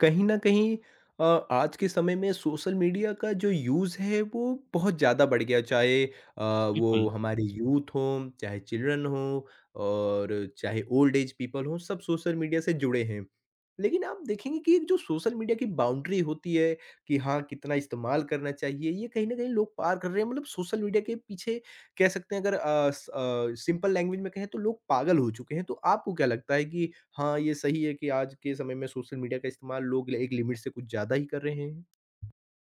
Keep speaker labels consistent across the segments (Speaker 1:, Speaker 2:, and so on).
Speaker 1: कहीं न कहीं अ, आज के समय में सोशल मीडिया का जो यूज़ है वो बहुत ज़्यादा बढ़ गया चाहे
Speaker 2: बिल्कुल,
Speaker 1: वो हमारे यूथ हों, चाहे चिल्ड्रन हों और चाहे ओल्ड एज पीपल हों, सब सोशल मीडिया से जुड़े हैं। लेकिन आप देखेंगे कि एक जो सोशल मीडिया की बाउंड्री होती है कि हाँ, कितना इस्तेमाल करना चाहिए, ये कहीं न कहीं लोग पार कर रहे हैं मतलब सोशल मीडिया के पीछे कह सकते हैं अगर अ, स अ, सिंपल लैंग्वेज में कहें तो लोग पागल हो चुके हैं। तो आपको क्या लगता है कि हाँ, ये सही है कि आज के समय में सोशल मीडिया का इस्तेमाल लोग एक लिमिट से कुछ ज़्यादा ही कर रहे हैं?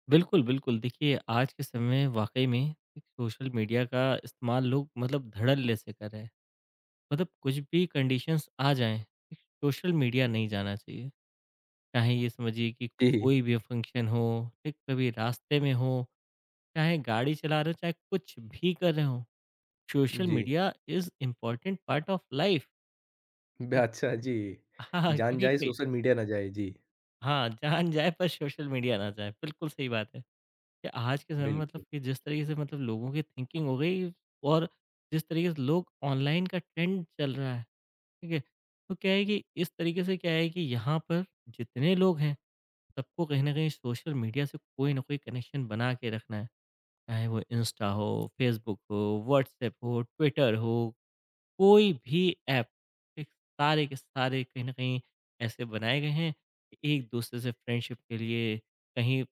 Speaker 2: बिल्कुल, बिल्कुल। देखिए, आज के समय में वाक़ई में एक सोशल मीडिया का इस्तेमाल लोग मतलब धड़ल्ले से कर रहे हैं। मतलब कुछ भी कंडीशंस आ जाएँ, एक सोशल मीडिया नहीं जाना चाहिए। चाहे ये समझिए कि
Speaker 1: जी।
Speaker 2: कोई भी फंक्शन हो, एक कभी रास्ते में हो, चाहे गाड़ी चला रहे हो, चाहे कुछ भी कर रहे हो, सोशल
Speaker 1: जी।
Speaker 2: Media is important part of life.
Speaker 1: ब अच्छा जी।
Speaker 2: हाँ, हाँ,
Speaker 1: जान जाए सोशल मीडिया ना जाए। जी,
Speaker 2: हाँ, जान जाए पर सोशल मीडिया ना जाए। बिल्कुल सही बात है। कि आज के समय में मतलब
Speaker 1: बिल्कुल,
Speaker 2: कि जिस तरीके से मतलब लोगों की थिंकिंग हो गई और जिस तरीके से लोग ऑनलाइन का ट्रेंड चल रहा है, ठीक है? तो क्या है कि इस तरीके से क्या है कि यहाँ पर जितने लोग हैं, सबको कहीं न कहीं सोशल मीडिया से कोई ना कोई कनेक्शन बना के रखना है। चाहे वो इंस्टा हो, फेसबुक हो, व्हाट्सएप हो, ट्विटर हो, कोई भी ऐप, ठीक? सारे के सारे कहीं न कहीं ऐसे बनाए गए हैं कि एक-दूसरे से फ्रेंडशिप के लिए, कहीं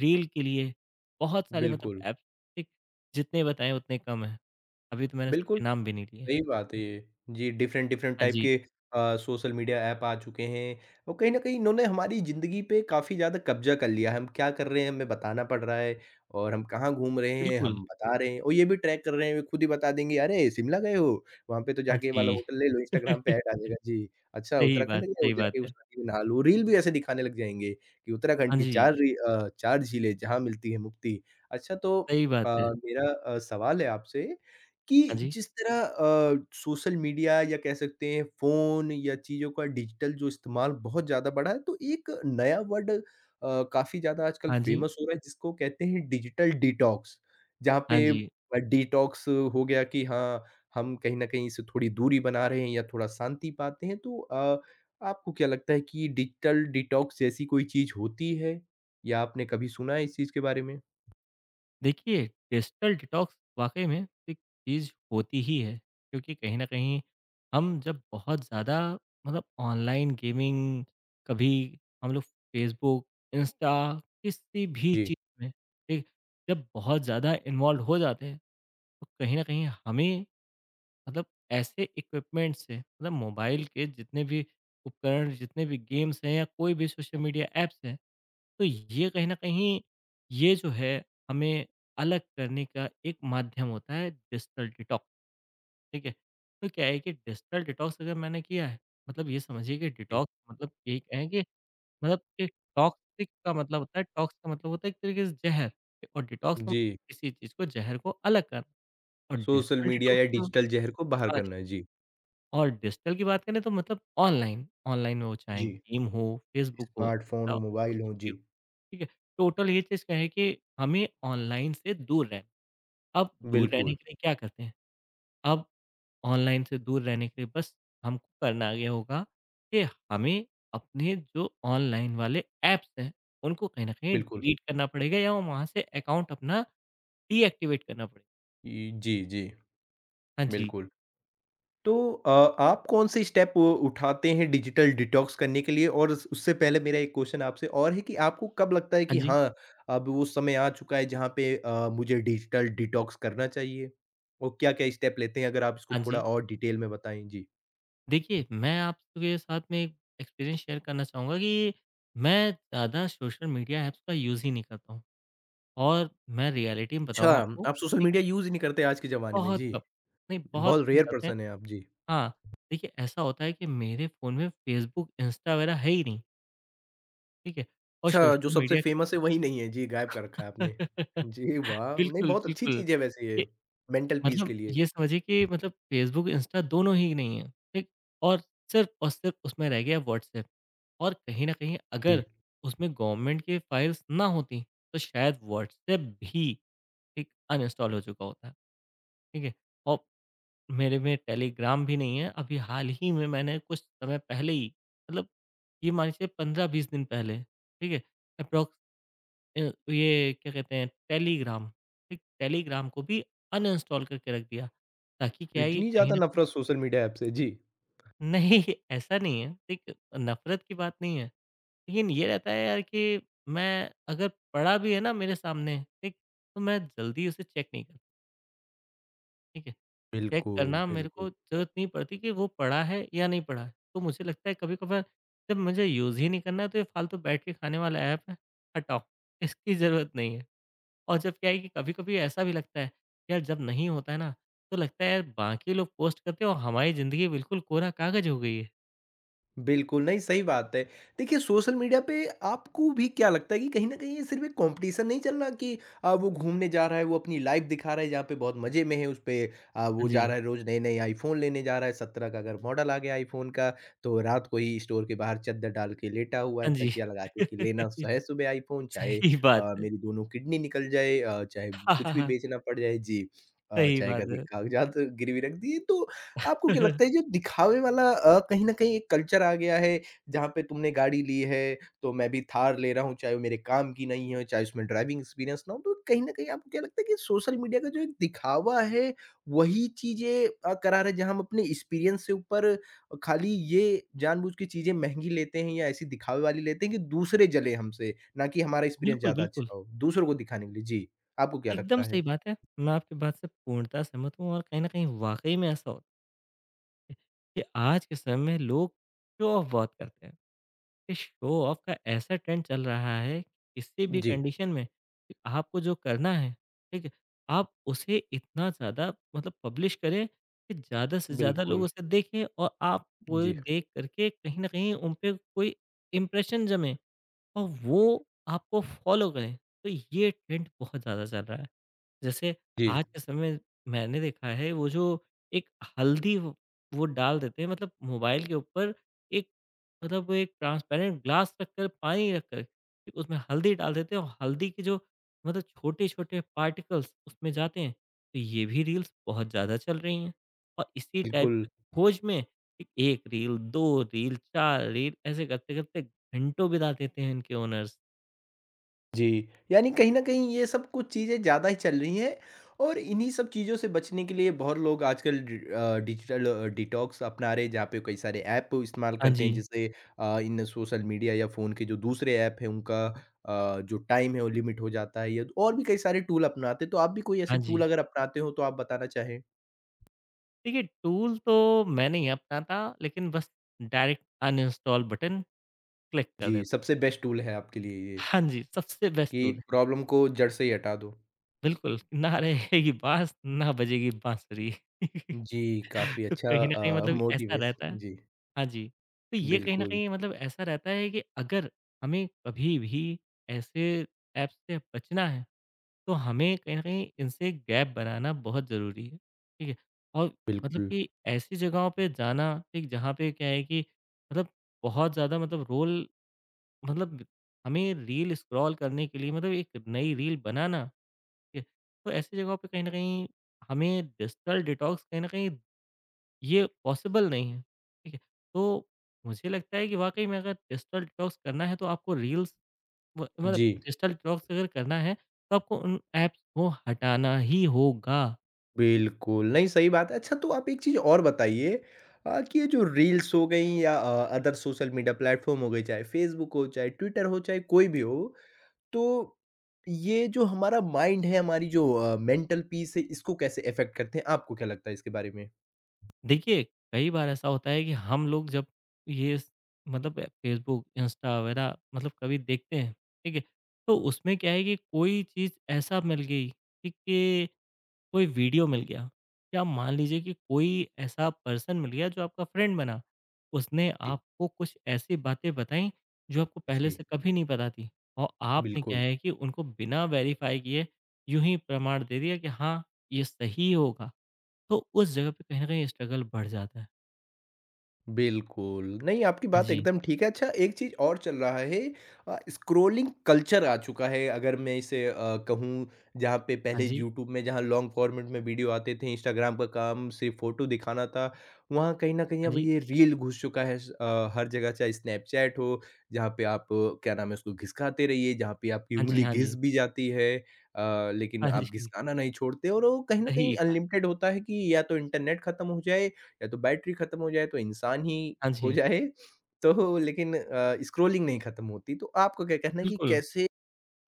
Speaker 2: रील के लिए बहुत सारे हुँ। मतलब
Speaker 1: बिल्कुल,
Speaker 2: ऐप्स ठीक, जितने बताएँ उतने कम हैं। अभी तो मैंने
Speaker 1: बिल्कुल।
Speaker 2: सबके नाम भी नहीं लिए।
Speaker 1: सही बात है ये। जी, डिफ़रेंट डिफ़रेंट
Speaker 2: हाँ
Speaker 1: टाइप
Speaker 2: जी,
Speaker 1: के सोशल मीडिया ऐप आ चुके हैं और कहीं न कहीं इन्होंने हमारी ज़िंदगी पे काफ़ी ज़्यादा कब्ज़ा कर लिया है। हम क्या कर रहे हैं हमें बताना पड़ रहा है और हम कहाँ घूम रहे हैं
Speaker 2: बिल्कुल।
Speaker 1: हम बता रहे हैं और ये भी ट्रैक कर रहे हैं, वे खुद ही बता देंगे, "अरे! शिमला गए हो? वहाँ पे तो
Speaker 2: हाँ
Speaker 1: जाके ये वाला
Speaker 2: जी।
Speaker 1: होटल ले लो।" इंस्टाग्राम पे ऐड आ जाएगा जी। "अच्छा
Speaker 2: सही बात
Speaker 1: उत्तराखंड गए हो?
Speaker 2: सही बात
Speaker 1: जाके उस
Speaker 2: है।
Speaker 1: नदी में नहा लो।" रील भी ऐसे दिखाने लग जाएँगे कि उत्तराखंड
Speaker 2: हाँ
Speaker 1: की
Speaker 2: जी,
Speaker 1: 4 4 झीलें जहाँ मिलती है मुक्ति। अच्छा तो
Speaker 2: सही
Speaker 1: अ,
Speaker 2: बात है।
Speaker 1: मेरा सवाल है आपसे कि
Speaker 2: हाँ जी,
Speaker 1: जिस तरह सोशल मीडिया या कह सकते हैं फ़ोन या चीज़ों का डिजिटल जो इस्तेमाल बहुत ज़्यादा बढ़ा है, तो एक नया वर्ड काफ़ी ज़्यादा आजकल
Speaker 2: हाँ जी,
Speaker 1: फ़ेमस हो रहा है जिसको कहते हैं डिजिटल डिटॉक्स। जहाँ
Speaker 2: हाँ
Speaker 1: पे
Speaker 2: जी।
Speaker 1: डिटॉक्स हो गया कि हाँ, हम कहीं न कहीं इससे थोड़ी दूरी बना रहे हैं या थोड़ा शांति पाते हैं। तो आपको क्या लगता है कि डिजिटल डिटॉक्स जैसी कोई चीज़ होती है? या आपने कभी सुना है इस चीज़ के बारे में?
Speaker 2: देखिए, डिजिटल डिटॉक्स वाकई में एक चीज़ होती ही है, क्योंकि कहीं ना कहीं हम जब बहुत ज़्यादा मतलब ऑनलाइन गेमिंग, कभी हम लोग फेसबुक, इंस्टा, किसी भी
Speaker 1: जी,
Speaker 2: चीज़ में ठीक जब बहुत ज़्यादा इन्वॉल्व हो जाते हैं, तो कहीं ना कहीं हमें मतलब ऐसे इक्विपमेंट से मतलब मोबाइल के जितने भी उपकरण, जितने भी गेम्स हैं या कोई भी सोशल मीडिया ऐप्स हैं, तो ये कहीं न कहीं, ये जो है, हमें अलग करने का एक माध्यम होता है डिजिटल डिटॉक्स, ठीक है? तो क्या है कि डिजिटल डिटॉक्स अगर मैंने किया है, मतलब ये समझिए कि
Speaker 1: जी।
Speaker 2: डिटॉक्स मतलब यही कहें कि मतलब एक टॉक्सिक का मतलब होता है, टॉक्स का मतलब होता है एक तरीके से ज़हर, और डिटॉक्स का
Speaker 1: जी।
Speaker 2: मतलब किसी चीज़ को, ज़हर को अलग करना। और
Speaker 1: सोशल
Speaker 2: डिजिटल
Speaker 1: मीडिया या
Speaker 2: डिटॉक्स का
Speaker 1: डिजिटल ज़हर को बाहर
Speaker 2: हाँ जी,
Speaker 1: करना है। जी।
Speaker 2: और डिजिटल की बात करें तो मतलब ऑनलाइन, ऑनलाइन में वो चाहे
Speaker 1: जी,
Speaker 2: गेम हो, फ़ेसबुक हो,
Speaker 1: स्मार्टफ़ोन
Speaker 2: इंस्टा
Speaker 1: हो,
Speaker 2: कुछ
Speaker 1: मोबाइल हो।
Speaker 2: भी हो।
Speaker 1: जी।
Speaker 2: ठीक है? टोटल ये चीज़ क्या है कि हमें ऑनलाइन से दूर रहना। अब दूर रहने
Speaker 1: बिल्कुल,
Speaker 2: के लिए क्या करते हैं? अब ऑनलाइन से दूर रहने के लिए बस हमको करना ये होगा कि हमें अपने जो ऑनलाइन वाले ऐप्स हैं, उनको कहीं न कहीं
Speaker 1: बिल्कुल।
Speaker 2: डिलीट करना पड़ेगा या वहाँ से अकाउंट अपना डीएक्टिवेट करना पड़ेगा।
Speaker 1: इ जी, जी,
Speaker 2: हाँ जी।
Speaker 1: बिल्कुल। तो आप कौन-से स्टेप उ उठाते हैं डिजिटल डिटॉक्स करने के लिए? और उस उससे पहले मेरा एक क्वेश्चन आपसे और है कि आपको कब लगता है
Speaker 2: हाँ
Speaker 1: कि
Speaker 2: जी।
Speaker 1: हाँ, अब वो समय आ चुका है जहाँ पे मुझे डिजिटल डिटॉक्स करना चाहिए? और क्या-क्या स्टेप लेते हैं? अगर आप इसको
Speaker 2: हाँ
Speaker 1: थोड़ा
Speaker 2: जी।
Speaker 1: और डिटेल में बताएँ? जी।
Speaker 2: देखिए, मैं आपके साथ में एक एक्सपीरियंस शेयर करना चाहूँगा कि मैं ज़्यादा सोशल मीडिया ऐप्स का यूज़ ही नहीं करता हूँ और मैं रियलिटी में
Speaker 1: अच्छा,
Speaker 2: बताऊँ आपको
Speaker 1: आप सोशल
Speaker 2: ठीक है,
Speaker 1: मीडिया यूज़ ही नहीं करते आज के ज़माने में।
Speaker 2: बहुत
Speaker 1: जी,
Speaker 2: कम, नहीं बहुत
Speaker 1: बहुत
Speaker 2: कम
Speaker 1: रेयर
Speaker 2: करते हैं।
Speaker 1: पर्सन हैं आप। जी।
Speaker 2: हाँ, देखिए, ऐसा होता है कि मेरे फ़ोन में फेसबुक, इंस्टा वगैरह है ही नहीं, ठीक है? और
Speaker 1: अच्छा, जो
Speaker 2: सोशल
Speaker 1: सबसे
Speaker 2: मीडिया
Speaker 1: फ़ेमस है वही नहीं है। जी, गायब कर रखा है आपने।
Speaker 2: बिल्कुल,
Speaker 1: जी, वाह! नहीं बहुत अच्छी
Speaker 2: बिल्कुल।
Speaker 1: चीज़ है वैसे ये,
Speaker 2: ये
Speaker 1: मेंटल पीस के
Speaker 2: मतलब
Speaker 1: लिए।
Speaker 2: ये समझिए कि मतलब फेसबुक, इंस्टा दोनों ही नहीं है, ठीक? और और सिर्फ़ उसमें रह गया व्हाट्सऐप, और कहीं न कहीं
Speaker 1: जी,
Speaker 2: अगर उसमें गवर्नमेंट की फाइल्स ना होती, तो शायद व्हाट्सऐप भी, ठीक, अनइंस्टॉल हो चुका होता, ठीक है? और मेरे में टेलीग्राम भी नहीं है। अभी हाल ही में मैंने कुछ समय पहले ही मतलब ये मान के चलिए 15-20 दिन पहले, ठीक है? एप्रोक्स अ, ये क्या कहते हैं टेलीग्राम, ठीक? टेलीग्राम को भी अनइंस्टॉल करके रख दिया। ताकि क्या है ये
Speaker 1: इतनी
Speaker 2: कहीं
Speaker 1: ज़्यादा
Speaker 2: न कहीं
Speaker 1: नफ़रत सोशल मीडिया ऐप से। जी।
Speaker 2: नहीं ऐसा नहीं है, ठीक? नफ़रत की बात नहीं है। लेकिन ये रहता है यार कि मैं अगर पड़ा भी है ना मेरे सामने, ठीक? तो मैं जल्दी उसे चेक नहीं करता, ठीक है? चेक
Speaker 1: बिल्कुल,
Speaker 2: करना मेरे
Speaker 1: बिल्कुल।
Speaker 2: को ज़रूरत नहीं पड़ती कि वो पड़ा है या नहीं पड़ा है। तो मुझे लगता है कभी-कभार जब मुझे यूज़ ही नहीं करना है तो ये फालतू बैठ के खाने वाला ऐप है, हटाओ, इसकी ज़रूरत नहीं है। और जब क्या है कि कभी-कभी ऐसा भी लगता है, यार जब नहीं होता है ना, तो लगता है यार बाकी लोग पोस्ट करते हैं और हमारी ज़िंदगी बिल्कुल कोरा कागज़ हो गई है।
Speaker 1: बिल्कुल, नहीं सही बात है। देखिए सोशल मीडिया पे आपको भी क्या लगता है कि कहीं न कहीं ये सिर्फ़ एक कॉम्पिटिशन नहीं चल रहा कि वो घूमने जा रहा है, वो अपनी लाइफ़ दिखा रहा है जहाँ पे बहुत मज़े में है उस पे
Speaker 2: हाँ
Speaker 1: वो जा
Speaker 2: जी,
Speaker 1: रहा है रोज़ नए-नए आईफ़ोन लेने जा रहा है, 17 का अगर मॉडल आ गया आईफ़ोन का तो रात को ही स्टोर के बाहर चद्दर डाल के लेटा हुआ
Speaker 2: हाँ
Speaker 1: है,
Speaker 2: जी।
Speaker 1: तकिया लगा के कि लेना स है सुबह आईफ़ोन चाहे
Speaker 2: सही बात है।
Speaker 1: मेरी दोनों किडनी निकल जाए चाहे
Speaker 2: हाँ, हाँ,
Speaker 1: कुछ भी
Speaker 2: हाँ,
Speaker 1: बेचना पड़ जाए। जी।
Speaker 2: सही
Speaker 1: चाहे घर
Speaker 2: बात
Speaker 1: के
Speaker 2: है।
Speaker 1: कागज़ात गिरवी रख दिए तो आपको क्या लगता है ये दिखावे वाला कहीं न कहीं एक कल्चर आ गया है, जहाँ पे तुमने गाड़ी ली है, तो मैं भी थार ले रहा हूँ, चाहे वो मेरे काम की नहीं हो, चाहे उसमें ड्राइविंग एक्सपीरियंस ना हो, तो कहीं न कहीं आपको क्या लगता है कि सोशल मीडिया का जो एक दिखावा है, वही चीज़ें करा रहा है, जहाँ हम अपने एक्सपीरियंस से ऊपर खाली ये जानबूझ के चीज़ें महँगी लेते हैं या ऐसी दिखावे वाली लेते हैं कि दूसरे जलें हमसे, ना कि हमारा एक्सपीरियंस
Speaker 2: बिल्कुल,
Speaker 1: ज़्यादा
Speaker 2: बिल्कुल।
Speaker 1: अच्छा हो, दूसरों को दिखाने के लिए। जी, आपको क्या
Speaker 2: एकदम
Speaker 1: लगता
Speaker 2: सही
Speaker 1: है?
Speaker 2: बात है। मैं आपकी बात से पूर्णतः सहमत हूँ, और कहीं न कहीं वाक़ई में ऐसा हो कि आज के समय में लोग शो ऑफ बहुत करते हैं। ये शो ऑफ का ऐसा ट्रेंड चल रहा है कि किसी भी
Speaker 1: जी,
Speaker 2: कंडीशन में कि आपको जो करना है, ठीक है, आप उसे इतना ज़्यादा मतलब पब्लिश करें कि ज़्यादा से ज़्यादा लोग
Speaker 1: बिल्कुल।
Speaker 2: उसे देखें और आप कोई
Speaker 1: जी,
Speaker 2: देख करके कहीं ना कहीं उन पे कोई इम्प्रेशन जमे और वो आपको फॉलो करें। तो ये ट्रेंड बहुत ज़्यादा चल रहा है, जैसे
Speaker 1: जी,
Speaker 2: आज के समय में मैंने देखा है वो जो एक हल्दी वो डाल देते हैं मतलब मोबाइल के ऊपर एक मतलब वो एक ट्रांसपेरेंट ग्लास रखकर पानी रखकर फिर उसमें हल्दी डाल देते हैं और हल्दी के जो मतलब छोटे-छोटे पार्टिकल्स उसमें जाते हैं। तो ये भी रील्स बहुत ज़्यादा चल रही हैं, और इसी टाइप
Speaker 1: बिल्कुल।
Speaker 2: की खोज में ठीक, 1 रील, 2 रील, 4 रील ऐसे करते-करते घंटों बिता देते हैं इनके ओनर्स।
Speaker 1: जी, यानी कहीं न कहीं ये सब कुछ चीज़ें ज़्यादा ही चल रही हैं और इन्हीं सब चीज़ों से बचने के लिए बहुत लोग आजकल डिजिटल डिटॉक्स अपना रहे हैं जहाँ पे कई सारे ऐप इस्तेमाल
Speaker 2: हाँ
Speaker 1: करते हैं
Speaker 2: जी।
Speaker 1: जैसे इन सोशल मीडिया या फ़ोन के जो दूसरे ऐप हैं उनका जो टाइम है वो लिमिट हो जाता है या और भी कई सारे टूल अपनाते हैं, तो आप भी कोई ऐसे
Speaker 2: हाँ
Speaker 1: टूल
Speaker 2: जी।
Speaker 1: अगर अपनाते हो तो आप बताना चाहें?
Speaker 2: देखिए, टूल तो मैं नहीं अपनाता, लेकिन बस डायरेक्ट अनइंस्टॉल बटन क्लिक कर
Speaker 1: जी,
Speaker 2: देता
Speaker 1: सबसे बेस्ट टूल है आपके लिए ये
Speaker 2: हूँ। हाँ जी, सबसे बेस्ट
Speaker 1: कि
Speaker 2: टूल है।
Speaker 1: प्रॉब्लम को जड़ से ही हटा दो।
Speaker 2: बिल्कुल, ना रहेगी बाँस, ना बजेगी बाँसुरी।
Speaker 1: जी, काफ़ी
Speaker 2: तो
Speaker 1: अच्छा
Speaker 2: कहीं न कहीं मतलब ऐसा
Speaker 1: मोटिवेश
Speaker 2: रहता है,
Speaker 1: जी,
Speaker 2: हाँ जी, तो ये कहीं न
Speaker 1: बिल्कुल,
Speaker 2: कहीं मतलब ऐसा रहता है कि अगर हमें कभी भी ऐसे ऐप्स से बचना है, तो हमें कहीं न कहीं इनसे गैप बनाना बहुत ज़रूरी है, ठीक है? और मतलब
Speaker 1: बिल्कुल।
Speaker 2: कि ऐसी जगहों पे जाना, ठीक, जहाँ पे क्या है कि मतलब बहुत ज़्यादा मतलब रोल मतलब हमें रील स्क्रॉल करने के लिए मतलब एक नई रील बनाना, ठीक है? तो ऐसी जगहों पे कहीं न कहीं हमें डिजिटल डिटॉक्स कहीं न कहीं ये पॉसिबल नहीं है, ठीक है? तो मुझे लगता है कि वाक़ई में अगर डिजिटल डिटॉक्स करना है तो आपको रील्स म मतलब
Speaker 1: जी,
Speaker 2: डिजिटल डिटॉक्स अगर करना है तो आपको उन ऐप्स को हटाना ही होगा।
Speaker 1: बिल्कुल। नहीं, सही बात है। अच्छा तो आप एक चीज़ और बताइए कि ये जो रील्स हो गई या अदर सोशल मीडिया प्लेटफ़ॉर्म हो गए, चाहे फ़ेसबुक हो, चाहे ट्विटर हो, चाहे कोई भी हो, तो ये जो हमारा माइंड है, हमारी जो मेंटल पीस है, इसको कैसे अफ़ेक्ट करते हैं? आपको क्या लगता है इसके बारे में?
Speaker 2: देखिए, कई बार ऐसा होता है कि हम लोग जब ये स मतलब फ़ेसबुक, इंस्टा वगैरह मतलब कभी देखते हैं, ठीक है? तो उसमें क्या है कि कोई चीज़ ऐसा मिल गई, ठीक है, कोई वीडियो मिल गया या मान लीजिए कि कोई ऐसा पर्सन मिल गया जो आपका फ्रेंड बना, उसने
Speaker 1: जी,
Speaker 2: आपको कुछ ऐसी बातें बताई जो आपको पहले
Speaker 1: जी,
Speaker 2: से कभी नहीं पता थी, और आपने क्या
Speaker 1: बिल्कुल।
Speaker 2: है कि उनको बिना वेरीफाई किए यूं ही प्रमाण दे दिया कि हाँ, ये सही होगा। तो उस जगह पे कहीं ना कहीं स्ट्रगल बढ़ जाता है।
Speaker 1: बिल्कुल, नहीं आपकी
Speaker 2: हाँ
Speaker 1: बात
Speaker 2: जी,
Speaker 1: एकदम ठीक है। अच्छा एक चीज़ और चल रहा है स्क्रॉलिंग कल्चर आ चुका है अगर मैं इसे कहूँ जहाँ पे पहले
Speaker 2: हाँ जी,
Speaker 1: यूट्यूब में जहाँ लॉन्ग फॉर्मेट में वीडियो आते थे, इंस्टाग्राम का काम सिर्फ़ फ़ोटो दिखाना था, वहाँ कहीं न कहीं
Speaker 2: हाँ
Speaker 1: अब
Speaker 2: जी,
Speaker 1: ये रील घुस चुका है हर जगह चाहे स्नैपचैट हो, जहाँ पे क्या नाम है उसको घिसकाते रहिए, जहाँ पे आपकी
Speaker 2: हाँ जी,
Speaker 1: उँगली
Speaker 2: हाँ
Speaker 1: घिस
Speaker 2: जी,
Speaker 1: भी जाती है लेकिन
Speaker 2: हाँ
Speaker 1: आप
Speaker 2: जी,
Speaker 1: घिसकाना नहीं छोड़ते और वो कहीं न कहीं
Speaker 2: सही बात
Speaker 1: अनलिमिटेड
Speaker 2: है।
Speaker 1: होता है कि या तो इंटरनेट खत्म हो जाए या तो बैटरी खत्म हो जाए तो इंसान ही
Speaker 2: हाँ
Speaker 1: हो
Speaker 2: जी,
Speaker 1: जाए तो लेकिन स्क्रॉलिंग नहीं खत्म होती। तो आपका क्या कहना है कि
Speaker 2: बिल्कुल।
Speaker 1: कैसे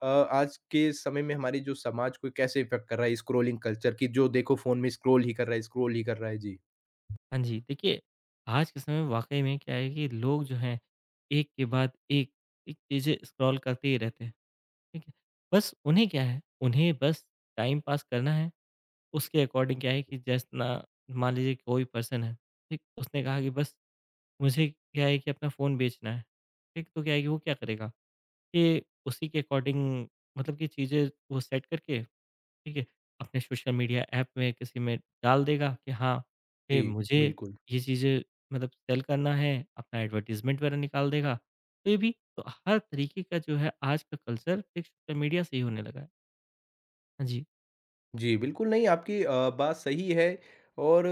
Speaker 1: आज के समय में हमारे जो समाज को कैसे इफ़ेक्ट कर रहा है स्क्रॉलिंग कल्चर कि जो देखो फ़ोन में स्क्रॉल ही कर रहा है, स्क्रॉल ही कर रहा है? जी।
Speaker 2: हाँ जी, देखिए, आज के समय में वाक़ई में क्या है कि लोग जो हैं, एक के बाद एक, एक चीज़ें स्क्रॉल करते ही रहते हैं, ठीक है? बस उन्हें क्या है, उन्हें बस टाइम पास करना है, उसके अकॉर्डिंग क्या है कि जितना मान लीजिए कोई पर्सन है, ठीक? उसने कहा कि बस मुझे क्या है कि अपना फ़ोन बेचना है, ठीक? तो क्या है कि वो क्या करेगा कि उसी के अकॉर्डिंग मतलब कि चीज़ें वो सेट करके, ठीक है? अपने सोशल मीडिया ऐप में किसी में डाल देगा कि हाँ,
Speaker 1: जी,
Speaker 2: ये मुझे
Speaker 1: बिल्कुल।
Speaker 2: ये चीज़ें मतलब सेल करना है, अपना एडवर्टाइज़मेंट वगैरह निकाल देगा। तो ये भी, तो हर तरीके का जो है आज का कल्चर एक सोशल मीडिया से ही होने लगा है। हाँ जी,
Speaker 1: जी, बिल्कुल नहीं आपकी बात सही है और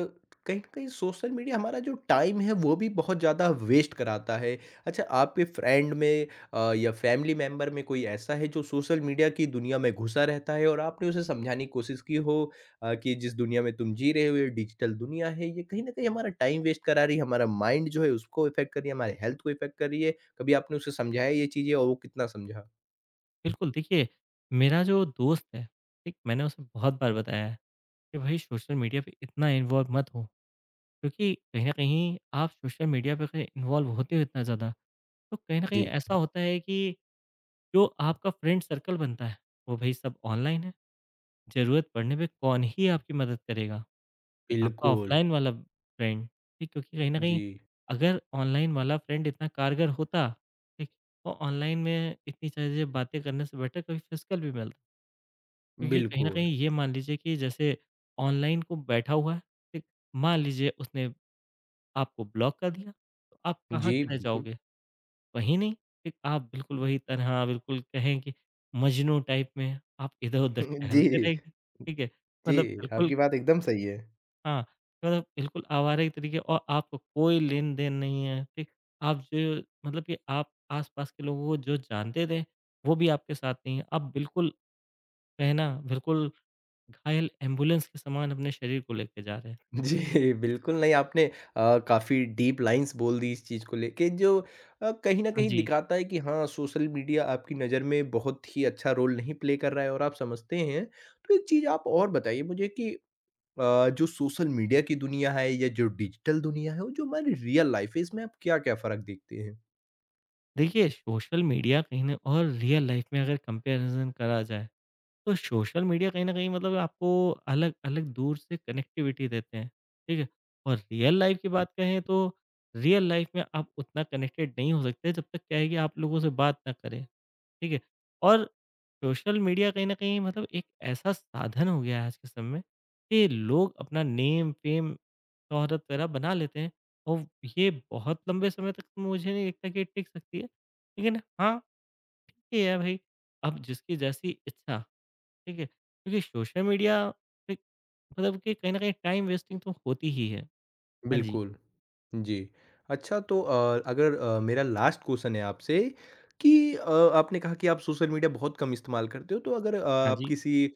Speaker 1: कहीं न कहीं सोशल मीडिया हमारा जो टाइम है वो भी बहुत ज़्यादा वेस्ट कराता है। अच्छा आपके फ्रेंड में या फैमिली मेंबर में कोई ऐसा है जो सोशल मीडिया की दुनिया में घुसा रहता है और आपने उसे समझाने की कोशिश की हो कि जिस दुनिया में तुम जी रहे हो ये डिजिटल दुनिया है, ये कहीं न कहीं हमारा टाइम वेस्ट करा रही है, हमारा माइंड जो है उसको इफ़ेक्ट कर रही है, हमारे हेल्थ को इफ़ेक्ट कर रही है। कभी आपने उसे समझाया ये चीज़ें और वो कितना समझा?
Speaker 2: बिल्कुल, देखिए, मेरा जो दोस्त है, ठीक, मैंने उसे बहुत बार बताया है कि भाई सोशल मीडिया पे इतना इन्वॉल्व मत हो, क्योंकि कहीं न कहीं आप सोशल मीडिया पे कहीं इन्वॉल्व होते हो इतना ज़्यादा, तो कहीं न कहीं
Speaker 1: जी,
Speaker 2: ऐसा होता है कि जो आपका फ्रेंड सर्कल बनता है, वो भई सब ऑनलाइन है। ज़रूरत पड़ने पे कौन ही आपकी मदद करेगा? आपका
Speaker 1: बिल्कुल।
Speaker 2: ऑफ़लाइन वाला फ्रेंड, ठीक? क्योंकि कहीं न कहीं
Speaker 1: जी,
Speaker 2: अगर ऑनलाइन वाला फ्रेंड इतना कारगर होता, ठीक? तो ऑनलाइन में इतनी चीज़ें बातें करने से बेटर कभी फिज़िकल भी मिलता। क्योंकि कहीं न
Speaker 1: बिल्कुल।
Speaker 2: कहीं ये मान लीजिए कि जैसे ऑनलाइन को बैठा हुआ है, ठीक? मान लीजिए उसने आपको ब्लॉक कर दिया, तो आप कहाँ
Speaker 1: जी,
Speaker 2: के रह
Speaker 1: बिल्कुल।
Speaker 2: जाओगे? वहीं नहीं, एक आप बिल्कुल वही तरह हाँ, बिल्कुल कहें कि मजनू टाइप में आप इधर-उधर टहलते
Speaker 1: जी।
Speaker 2: रहेंगे, ठीक है?
Speaker 1: जी,
Speaker 2: मतलब बिल्कुल
Speaker 1: आपकी बात एकदम सही है।
Speaker 2: हाँ, मतलब बिल्कुल आवारा ही तरीके, और आपको कोई लेन-देन नहीं है, ठीक? आप जो मतलब कि आप आस-पास के लोगों को जो जानते थे, वो भी आपके साथ नहीं है। आप बिल्कुल कहना बिल्कुल घायल एम्बुलेंस के समान अपने शरीर को लेके जा रहे हैं।
Speaker 1: जी, बिल्कुल नहीं आपने काफ़ी डीप लाइन्स बोल दी इस चीज़ को लेके जो कहीं न
Speaker 2: हाँ
Speaker 1: कहीं
Speaker 2: जी,
Speaker 1: दिखाता है कि हाँ, सोशल मीडिया आपकी नज़र में बहुत ही अच्छा रोल नहीं प्ले कर रहा है और आप समझते हैं। तो एक चीज़ आप और बताइए मुझे कि जो सोशल मीडिया की दुनिया है या जो डिजिटल दुनिया है, वो जो हमारी रियल लाइफ़ है इसमें आप क्या-क्या फ़र्क देखते हैं?
Speaker 2: देखिए, सोशल मीडिया कहीं न और रियल लाइफ में अगर कंपैरिज़न करा जाए, तो सोशल मीडिया कहीं न कहीं मतलब आपको अलग-अलग दूर से कनेक्टिविटी देते हैं, ठीक है? और रियल लाइफ़ की बात कहें तो रियल लाइफ़ में आप उतना कनेक्टेड नहीं हो सकते जब तक क्या है कि आप लोगों से बात ना करें, ठीक है? और सोशल मीडिया कहीं न कहीं मतलब एक ऐसा साधन हो गया है आज के समय में कि लोग अपना नेम, फ़ेम, शोहरत वगैरह बना लेते हैं, और ये बहुत लंबे समय तक तो मुझे नहीं लगता कि टिक सकती है। लेकिन हाँ, ये है भाई, अब जिसकी जैसी इच्छा। ठीक है? क्योंकि सोशल मीडिया एक मतलब कि कहीं न कहीं टाइम वेस्टिंग तो होती ही है। हाँ जी।
Speaker 1: बिल्कुल, जी। अच्छा तो अगर मेरा लास्ट क्वेश्चन है आपसे कि आपने कहा कि आप सोशल मीडिया बहुत कम इस्तेमाल करते हो, तो अगर अ,
Speaker 2: हाँ
Speaker 1: आप
Speaker 2: जी।
Speaker 1: किसी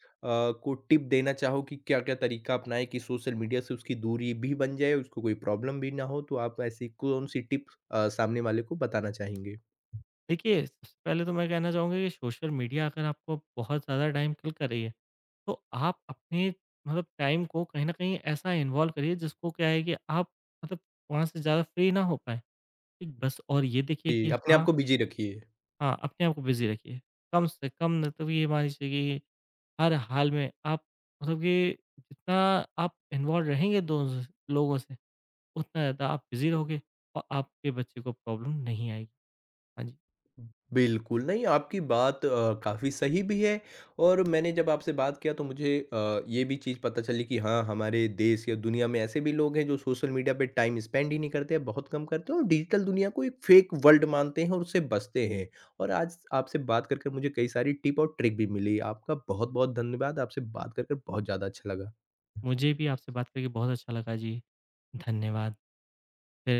Speaker 1: को टिप देना चाहो कि क्या-क्या तरीका अपनाएँ कि सोशल मीडिया से उसकी दूरी भी बन जाए, उसको कोई प्रॉब्लम भी ना हो, तो आप ऐसी कौन-सी टिप्स सामने वाले को बताना चाहेंगे?
Speaker 2: देखिए, सबसे पहले तो मैं कहना चाहूँगा कि सोशल मीडिया अगर आपको बहुत ज़्यादा टाइम किल कर रही है, तो आप अपने मतलब टाइम को कहीं न कहीं ऐसा इन्वॉल्व करिए जिसको क्या है कि आप मतलब वहाँ से ज़्यादा फ्री ना हो पाएँ। ठीक, बस और ये देखिए
Speaker 1: जी,
Speaker 2: कि
Speaker 1: अपने आप
Speaker 2: हाँ,
Speaker 1: को बिज़ी रखिए।
Speaker 2: हाँ, अपने आप को बिज़ी रखिए। कम से कम मतलब ये मान लीजिए कि हर हाल में आप मतलब कि जितना आप इन्वॉल्व रहेंगे दोस्त लोगों से, उतना ज़्यादा आप बिज़ी रहोगे और आपके बच्चे को प्रॉब्लम नहीं आएगी। हाँ जी,
Speaker 1: बिल्कुल, नहीं आपकी बात काफ़ी सही भी है और मैंने जब आपसे बात किया तो मुझे ये भी चीज़ पता चली कि हाँ, हमारे देश या दुनिया में ऐसे भी लोग हैं जो सोशल मीडिया पे टाइम स्पेंड ही नहीं करते हैं, बहुत कम करते हैं और डिजिटल दुनिया को एक फेक वर्ल्ड मानते हैं और उससे बचते हैं। और आज आपसे बात कर कर मुझे कई सारी टिप और ट्रिक भी मिली। आपका बहुत-बहुत धन्यवाद। आपसे बात कर कर बहुत ज़्यादा अच्छा लगा।
Speaker 2: मुझे भी आपसे बात करके बहुत अच्छा लगा जी। धन्यवाद। फिर